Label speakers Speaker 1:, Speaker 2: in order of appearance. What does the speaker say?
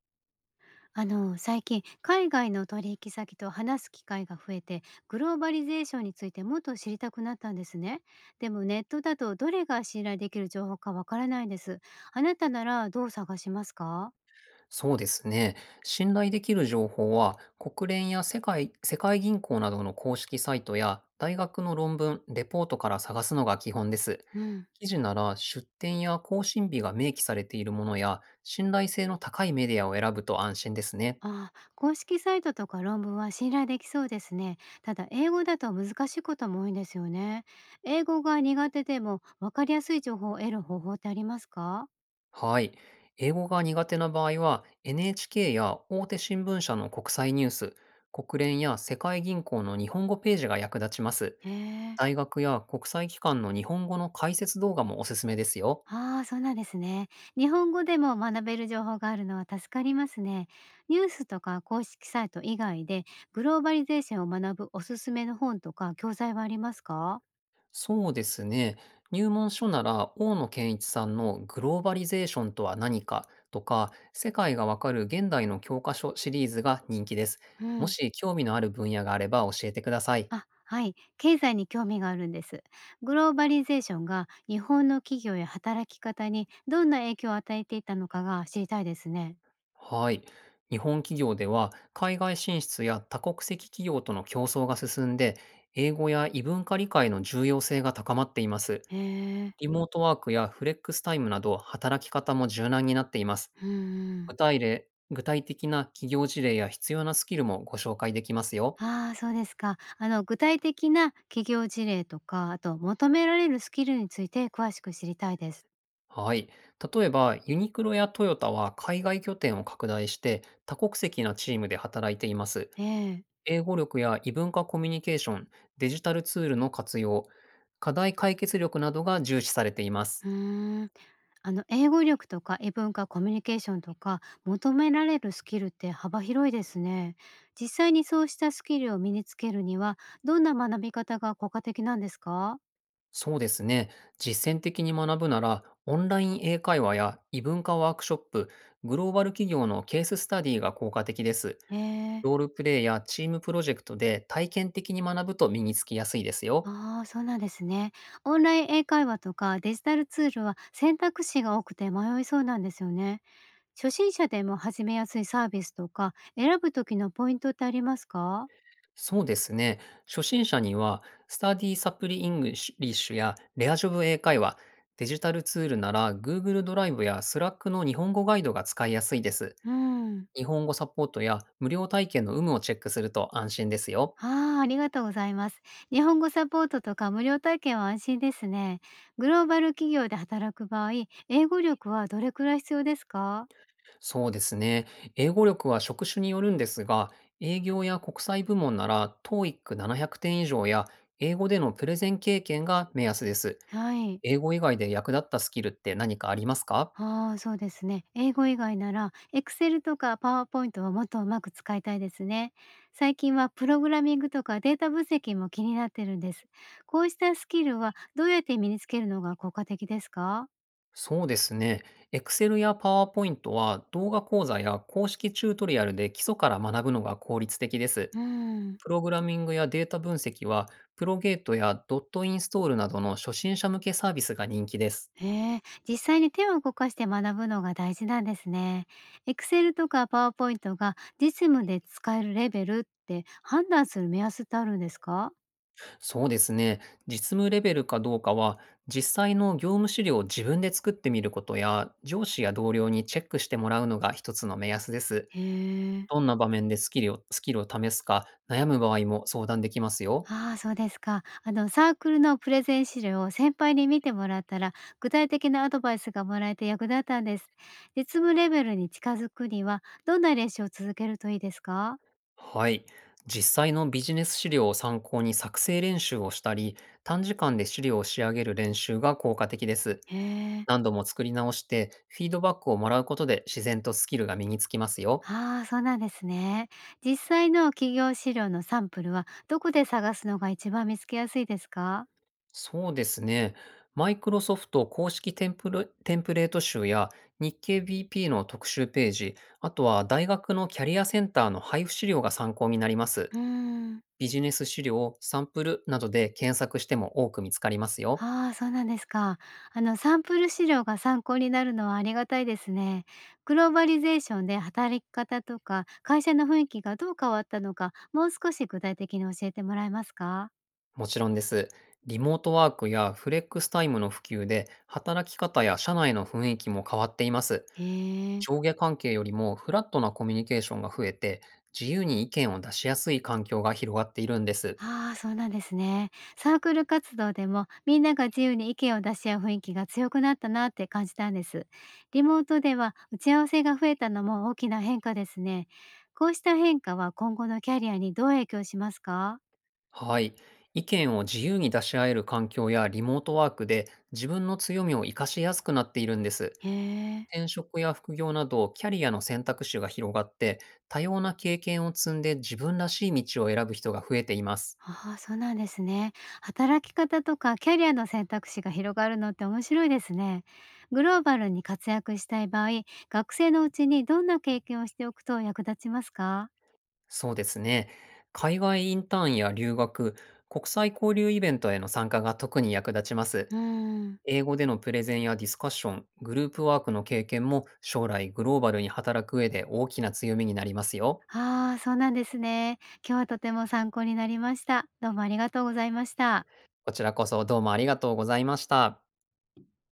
Speaker 1: 最近海外の取引先と話す機会が増えて、グローバリゼーションについてもっと知りたくなったんですね。でもネットだとどれが信頼できる情報かわからないんです。あなたならどう探しますか？
Speaker 2: そうですね。信頼できる情報は、国連や世界銀行などの公式サイトや、大学の論文、レポートから探すのが基本です。
Speaker 1: うん。
Speaker 2: 記事なら、出典や更新日が明記されているものや、信頼性の高いメディアを選ぶと安心ですね。
Speaker 1: ああ、公式サイトとか論文は信頼できそうですね。ただ英語だと難しいことも多いんですよね。英語が苦手でもわかりやすい情報を得る方法ってありますか？
Speaker 2: はい。英語が苦手な場合は、NHK や大手新聞社の国際ニュース、国連や世界銀行の日本語ページが役立ちます。
Speaker 1: へえ。
Speaker 2: 大学や国際機関の日本語の解説動画もおすすめですよ。
Speaker 1: ああ、そうなんですね。日本語でも学べる情報があるのは助かりますね。ニュースとか公式サイト以外でグローバリゼーションを学ぶおすすめの本とか教材はありますか？
Speaker 2: そうですね。入門書なら、大野健一さんのグローバリゼーションとは何かとか、世界がわかる現代の教科書シリーズが人気です。
Speaker 1: う
Speaker 2: も
Speaker 1: ん、
Speaker 2: し興味のある分野があれば教えてください。
Speaker 1: あ、はい。経済に興味があるんです。グローバリゼーションが日本の企業や働き方にどんな影響を与えていたのかが知りたいですね。
Speaker 2: はい。日本企業では、海外進出や多国籍企業との競争が進んで、英語や異文化理解の重要性が高まっています。
Speaker 1: へえ、
Speaker 2: リモートワークやフレックスタイムなど、働き方も柔軟になっています。
Speaker 1: うんうん。
Speaker 2: 具体例、具体的な企業事例や必要なスキルもご紹介できますよ。
Speaker 1: ああ、そうですか。あの、具体的な企業事例とか、あと求められるスキルについて詳しく知りたいです。
Speaker 2: はい。例えば、ユニクロやトヨタは海外拠点を拡大して、多国籍なチームで働いています。
Speaker 1: ええ。
Speaker 2: 英語力や異文化コミュニケーション、デジタルツールの活用、課題解決力などが重視されています。
Speaker 1: うーん。あの、英語力とか異文化コミュニケーションとか、求められるスキルって幅広いですね。実際にそうしたスキルを身につけるには、どんな学び方が効果的なんですか？
Speaker 2: そうですね。実践的に学ぶなら、オンライン英会話や異文化ワークショップ、グローバル企業のケーススタディが効果的です。
Speaker 1: え
Speaker 2: ロー
Speaker 1: え。
Speaker 2: ルプレイやチームプロジェクトで体験的に学ぶと身につきやすいですよ。
Speaker 1: ああ、そうなんですね。オンライン英会話とかデジタルツールは選択肢が多くて迷いそうなんですよね。初心者でも始めやすいサービスとか、選ぶ時のポイントってありますか？
Speaker 2: そうですね。初心者には、スタディサプリイングリッシュやレアジョブ英会話、デジタルツールなら Google ドライブや Slack の日本語ガイドが使いやすいです。
Speaker 1: うん。
Speaker 2: 日本語サポートや無料体験の有無をチェックすると安心ですよ。
Speaker 1: ああ、ありがとうございます。日本語サポートとか無料体験は安心ですね。グローバル企業で働く場合、英語力はどれくらい必要ですか？
Speaker 2: そうですね。英語力は職種によるんですが、営業や国際部門なら TOEIC700 点以上や英語でのプレゼン経験が目安です。
Speaker 1: はい。
Speaker 2: 英語以外で役立ったスキルって何かありますか？
Speaker 1: ああ、そうですね。英語以外なら、Excel とか PowerPoint をもっとうまく使いたいですね。最近はプログラミングとかデータ分析も気になってるんです。こうしたスキルはどうやって身につけるのが効果的ですか？
Speaker 2: そうですね。Excel や PowerPoint は動画講座や公式チュートリアルで基礎から学ぶのが効率的です。
Speaker 1: うん。
Speaker 2: プログラミングやデータ分析は、プロゲートやドットインストールなどの初心者向けサービスが人気です。
Speaker 1: へえ、実際に手を動かして学ぶのが大事なんですね。Excel とか PowerPoint が実務で使えるレベルって判断する目安ってあるんですか？
Speaker 2: そうですね。実務レベルかどうかは、実際の業務資料を自分で作ってみることや、上司や同僚にチェックしてもらうのが一つの目安です。
Speaker 1: へえ。
Speaker 2: どんな場面でスキルを試すか悩む場合も相談できますよ。
Speaker 1: ああ、そうですか。あの、サークルのプレゼン資料を先輩に見てもらったら、具体的なアドバイスがもらえて役立ったんです。実務レベルに近づくには、どんな練習を続けるといいですか？
Speaker 2: はい。実際のビジネス資料を参考に作成練習をしたり、短時間で資料を仕上げる練習が効果的です。
Speaker 1: へえ。
Speaker 2: 何度も作り直して、フィードバックをもらうことで自然とスキルが身につきますよ。
Speaker 1: ああ、そうなんですね。実際の企業資料のサンプルはどこで探すのが一番見つけやすいですか？
Speaker 2: そうですね。マイクロソフト公式テンプレート集や日経 BP の特集ページ、あとは大学のキャリアセンターの配布資料が参考になります。
Speaker 1: うーん、
Speaker 2: ビジネス資料、サンプルなどで検索しても多く見つかりますよ。
Speaker 1: ああ、そうなんですか。あの、サンプル資料が参考になるのはありがたいですね。グローバリゼーションで働き方とか会社の雰囲気がどう変わったのか、もう少し具体的に教えてもらえますか？
Speaker 2: もちろんです。リモートワークやフレックスタイムの普及で、働き方や社内の雰囲気も変わっています。
Speaker 1: へえ。
Speaker 2: 上下関係よりもフラットなコミュニケーションが増えて、自由に意見を出しやすい環境が広がっているんです。
Speaker 1: ああ、そうなんですね。サークル活動でもみんなが自由に意見を出し合う雰囲気が強くなったなって感じたんです。リモートでは打ち合わせが増えたのも大きな変化ですね。こうした変化は今後のキャリアにどう影響しますか？
Speaker 2: はい。意見を自由に出し合える環境やリモートワークで、自分の強みを活かしやすくなっているんです。
Speaker 1: へえ。
Speaker 2: 転職や副業など、キャリアの選択肢が広がって、多様な経験を積んで自分らしい道を選ぶ人が増えています。
Speaker 1: ああ、そうなんですね。働き方とかキャリアの選択肢が広がるのって面白いですね。グローバルに活躍したい場合、学生のうちにどんな経験をしておくと役立ちますか？
Speaker 2: そうですね。海外インターンや留学、国際交流イベントへの参加が特に役立ちます。
Speaker 1: うーん。
Speaker 2: 英語でのプレゼンやディスカッション、グループワークの経験も将来グローバルに働く上で大きな強みになりますよ。
Speaker 1: ああ、そうなんですね。今日はとても参考になりました。どうもありがとうございました。
Speaker 2: こちらこそどうもありがとうございました。